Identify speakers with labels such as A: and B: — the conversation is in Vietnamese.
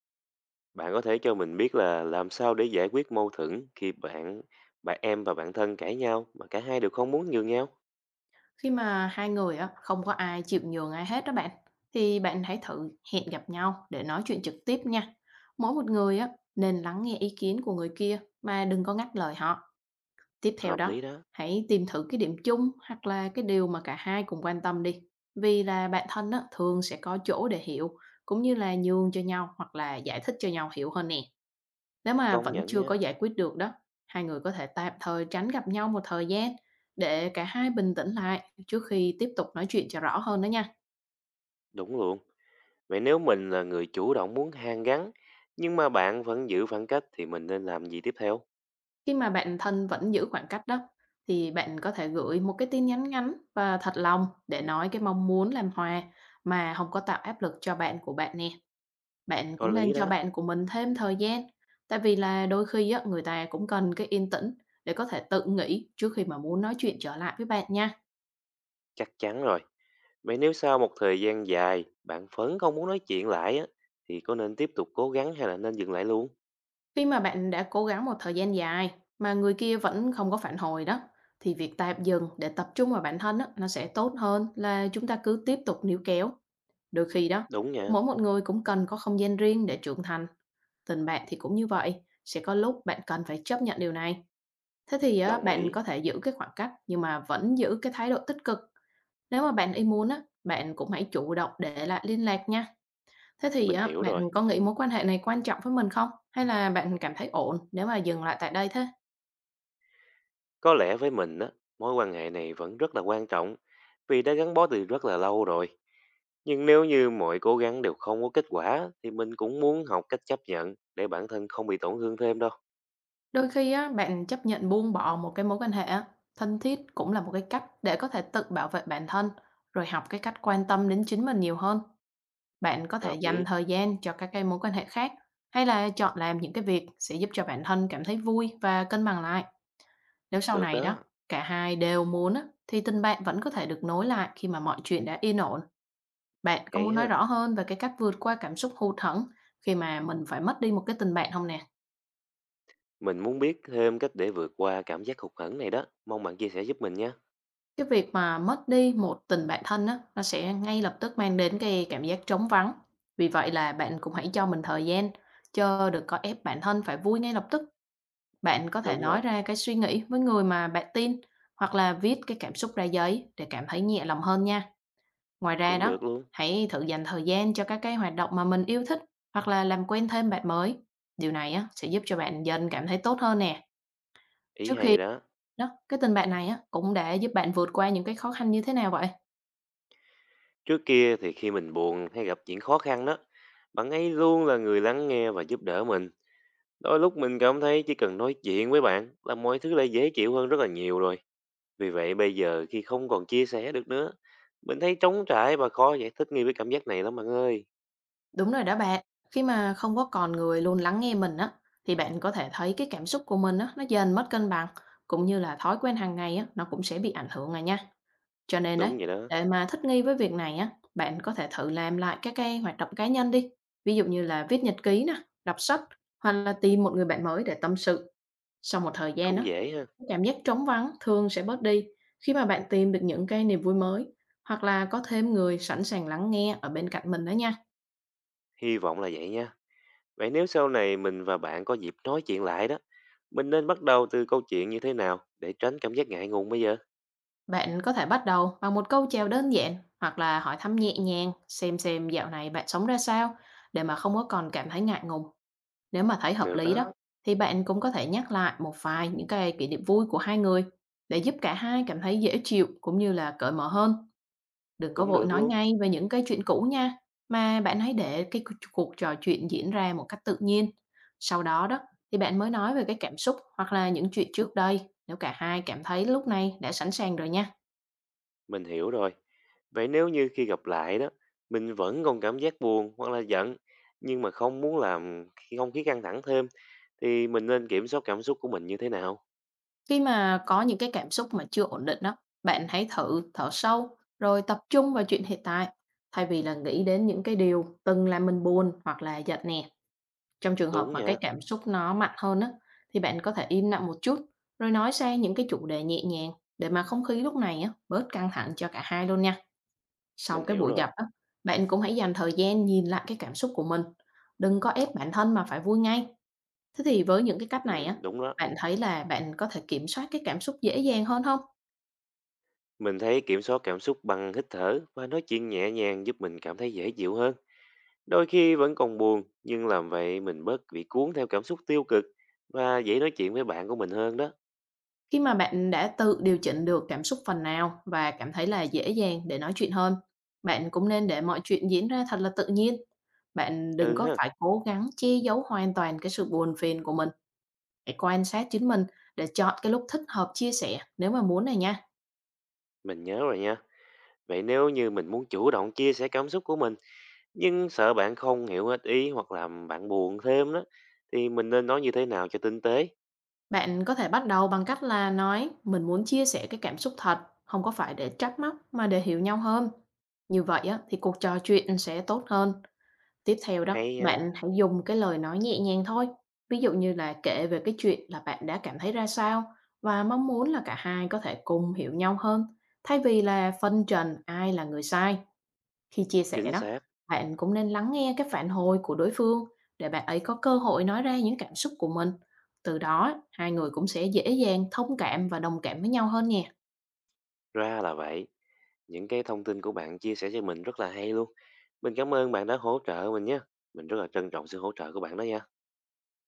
A: Bạn có thể cho mình biết là làm sao để giải quyết mâu thuẫn khi bạn bạn em và bạn thân cãi nhau mà cả hai đều không muốn nhường nhau?
B: Khi mà hai người á, không có ai chịu nhường ai hết đó bạn, thì bạn hãy thử hẹn gặp nhau để nói chuyện trực tiếp nha. Mỗi một người á, nên lắng nghe ý kiến của người kia mà đừng có ngắt lời họ. Tiếp theo
A: Hợp
B: đó,
A: lý đó,
B: hãy tìm thử cái điểm chung hoặc là cái điều mà cả hai cùng quan tâm đi. Vì là bạn thân á, thường sẽ có chỗ để hiểu, cũng như là nhường cho nhau hoặc là giải thích cho nhau hiểu hơn nè. Nếu mà
A: công
B: vẫn
A: nhận
B: chưa
A: nha,
B: có giải quyết được đó, hai người có thể tạm thời tránh gặp nhau một thời gian để cả hai bình tĩnh lại trước khi tiếp tục nói chuyện cho rõ hơn đó nha.
A: đúng luôn. Vậy nếu mình là người chủ động muốn hàn gắn nhưng mà bạn vẫn giữ khoảng cách thì mình nên làm gì tiếp theo?
B: Khi mà bạn thân vẫn giữ khoảng cách đó, thì bạn có thể gửi một cái tin nhắn ngắn và thật lòng để nói cái mong muốn làm hòa mà không có tạo áp lực cho bạn của bạn nè. Bạn
A: Có
B: cũng nên
A: lý
B: cho
A: đó,
B: bạn của mình thêm thời gian, tại vì là đôi khi á, người ta cũng cần cái yên tĩnh để có thể tự nghĩ trước khi mà muốn nói chuyện trở lại với bạn nha.
A: chắc chắn rồi. Vậy nếu sau một thời gian dài bạn vẫn không muốn nói chuyện lại á thì có nên tiếp tục cố gắng hay là nên dừng lại luôn?
B: Khi mà bạn đã cố gắng một thời gian dài mà người kia vẫn không có phản hồi đó, thì việc tạm dừng để tập trung vào bản thân á, nó sẽ tốt hơn là chúng ta cứ tiếp tục níu kéo. Đôi khi đó,
A: Đúng nha,
B: mỗi một người cũng cần có không gian riêng để trưởng thành. Tình bạn thì cũng như vậy, sẽ có lúc bạn cần phải chấp nhận điều này. Thế thì á,
A: đồng
B: bạn
A: ý,
B: có thể giữ cái khoảng cách nhưng mà vẫn giữ cái thái độ tích cực. Nếu mà bạn ý muốn á, bạn cũng hãy chủ động để lại liên lạc nha. Thế thì
A: mình
B: á,
A: hiểu
B: bạn
A: rồi.
B: có nghĩ mối quan hệ này quan trọng với mình không? Hay là bạn cảm thấy ổn nếu mà dừng lại tại đây thế?
A: Có lẽ với mình á, mối quan hệ này vẫn rất là quan trọng vì đã gắn bó từ rất là lâu rồi. Nhưng nếu như mọi cố gắng đều không có kết quả thì mình cũng muốn học cách chấp nhận để bản thân không bị tổn thương thêm đâu.
B: Đôi khi á, bạn chấp nhận buông bỏ một cái mối quan hệ á, thân thiết cũng là một cái cách để có thể tự bảo vệ bản thân, rồi học cái cách quan tâm đến chính mình nhiều hơn. Bạn có thể
A: Hợp
B: dành
A: lý.
B: thời gian cho các cái mối quan hệ khác, hay là chọn làm những cái việc sẽ giúp cho bản thân cảm thấy vui và cân bằng lại. Nếu sau
A: Được
B: này đó,
A: đó.
B: cả hai đều muốn á, thì tình bạn vẫn có thể được nối lại khi mà mọi chuyện đã yên ổn. Bạn có
A: Vậy
B: muốn nói
A: ha.
B: rõ hơn về cái cách vượt qua cảm xúc hụt hẫng khi mà mình phải mất đi một cái tình bạn không nè?
A: Mình muốn biết thêm cách để vượt qua cảm giác hụt hẫng này đó. Mong bạn chia sẻ giúp mình nhé.
B: Cái việc mà mất đi một tình bạn thân á, nó sẽ ngay lập tức mang đến cái cảm giác trống vắng. Vì vậy là bạn cũng hãy cho mình thời gian, chớ đừng có ép bản thân phải vui ngay lập tức. Bạn có thể
A: Đúng rồi.
B: nói ra cái suy nghĩ với người mà bạn tin, hoặc là viết cái cảm xúc ra giấy để cảm thấy nhẹ lòng hơn nha. Ngoài ra
A: Cũng
B: đó,
A: được luôn.
B: hãy thử dành thời gian cho các cái hoạt động mà mình yêu thích hoặc là làm quen thêm bạn mới. Điều này á, sẽ giúp cho bạn dần cảm thấy tốt hơn nè.
A: Ý
B: Trước khi
A: hay đó.
B: đó, cái tình bạn này á, cũng đã giúp bạn vượt qua những cái khó khăn như thế nào vậy?
A: Trước kia thì khi mình buồn hay gặp chuyện khó khăn đó, bạn ấy luôn là người lắng nghe và giúp đỡ mình. Đôi lúc mình cảm thấy chỉ cần nói chuyện với bạn là mọi thứ lại dễ chịu hơn rất là nhiều rồi. Vì vậy bây giờ khi không còn chia sẻ được nữa, mình thấy trống trải và khó giải thích nghi với cảm giác này lắm bạn ơi.
B: Đúng rồi đó bạn. Khi mà không có còn người luôn lắng nghe mình á, thì bạn có thể thấy cái cảm xúc của mình á, nó dần mất cân bằng, cũng như là thói quen hàng ngày á, nó cũng sẽ bị ảnh hưởng rồi nha. Cho nên đấy,
A: Đúng vậy đó,
B: để mà thích nghi với việc này á, bạn có thể thử làm lại các cái hoạt động cá nhân đi. Ví dụ như là viết nhật ký nè, đọc sách hoặc là tìm một người bạn mới để tâm sự. Sau một thời gian
A: cũng
B: á,
A: dễ ha.
B: cảm giác trống vắng thường sẽ bớt đi khi mà bạn tìm được những cái niềm vui mới hoặc là có thêm người sẵn sàng lắng nghe ở bên cạnh mình đó nha.
A: Hy vọng là vậy nha. Vậy nếu sau này mình và bạn có dịp nói chuyện lại đó, mình nên bắt đầu từ câu chuyện như thế nào để tránh cảm giác ngại ngùng bây giờ?
B: Bạn có thể bắt đầu bằng một câu chào đơn giản hoặc là hỏi thăm nhẹ nhàng xem dạo này bạn sống ra sao để mà không có còn cảm thấy ngại ngùng. Nếu mà thấy hợp
A: Được
B: lý đó,
A: đó,
B: thì bạn cũng có thể nhắc lại một vài những cái kỷ niệm vui của hai người để giúp cả hai cảm thấy dễ chịu cũng như là cởi mở hơn. Đừng có
A: cũng
B: vội
A: được
B: nói
A: luôn.
B: ngay về những cái chuyện cũ nha, mà bạn hãy để cuộc trò chuyện diễn ra một cách tự nhiên. Sau đó đó, thì bạn mới nói về cái cảm xúc hoặc là những chuyện trước đây nếu cả hai cảm thấy lúc này đã sẵn sàng rồi nha.
A: Mình hiểu rồi. Vậy nếu như khi gặp lại đó, mình vẫn còn cảm giác buồn hoặc là giận, nhưng mà không muốn làm khi không khí căng thẳng thêm, thì mình nên kiểm soát cảm xúc của mình như thế nào?
B: Khi mà có những cái cảm xúc mà chưa ổn định đó, bạn hãy thử thở sâu rồi tập trung vào chuyện hiện tại thay vì là nghĩ đến những cái điều từng làm mình buồn hoặc là giận nè. Trong trường hợp
A: Đúng
B: mà cái
A: nha,
B: cảm xúc nó mạnh hơn á, thì bạn có thể im lặng một chút rồi nói sang những cái chủ đề nhẹ nhàng để mà không khí lúc này á bớt căng thẳng cho cả hai luôn nha. Sau
A: mình
B: cái
A: hiểu
B: buổi
A: rồi.
B: gặp á, bạn cũng hãy dành thời gian nhìn lại cái cảm xúc của mình. Đừng có ép bản thân mà phải vui ngay. Thế thì với những cái cách này á,
A: Đúng đó.
B: bạn thấy là bạn có thể kiểm soát cái cảm xúc dễ dàng hơn không?
A: Mình thấy kiểm soát cảm xúc bằng hít thở và nói chuyện nhẹ nhàng giúp mình cảm thấy dễ chịu hơn. Đôi khi vẫn còn buồn, nhưng làm vậy mình bớt bị cuốn theo cảm xúc tiêu cực và dễ nói chuyện với bạn của mình hơn đó.
B: Khi mà bạn đã tự điều chỉnh được cảm xúc phần nào và cảm thấy là dễ dàng để nói chuyện hơn, bạn cũng nên để mọi chuyện diễn ra thật là tự nhiên. Bạn đừng
A: Ừ
B: có
A: ha,
B: phải cố gắng che giấu hoàn toàn cái sự buồn phiền của mình, hãy quan sát chính mình để chọn cái lúc thích hợp chia sẻ nếu mà muốn này nha.
A: mình nhớ rồi nha. Vậy nếu như mình muốn chủ động chia sẻ cảm xúc của mình, nhưng sợ bạn không hiểu hết ý hoặc làm bạn buồn thêm đó, thì mình nên nói như thế nào cho tinh tế?
B: Bạn có thể bắt đầu bằng cách là nói mình muốn chia sẻ cái cảm xúc thật, không có phải để trách móc mà để hiểu nhau hơn. Như vậy á, thì cuộc trò chuyện sẽ tốt hơn. Tiếp theo đó,
A: Hay nha,
B: bạn hãy dùng cái lời nói nhẹ nhàng thôi. Ví dụ như là kể về cái chuyện là bạn đã cảm thấy ra sao và mong muốn là cả hai có thể cùng hiểu nhau hơn, thay vì là phân trần ai là người sai. Khi chia sẻ
A: chính
B: đó,
A: xác,
B: bạn cũng nên lắng nghe cái phản hồi của đối phương để bạn ấy có cơ hội nói ra những cảm xúc của mình. Từ đó, hai người cũng sẽ dễ dàng thông cảm và đồng cảm với nhau hơn nè.
A: ra là vậy. Những cái thông tin của bạn chia sẻ cho mình rất là hay luôn. Mình cảm ơn bạn đã hỗ trợ mình nhé. Mình rất là trân trọng sự hỗ trợ của bạn đó nha.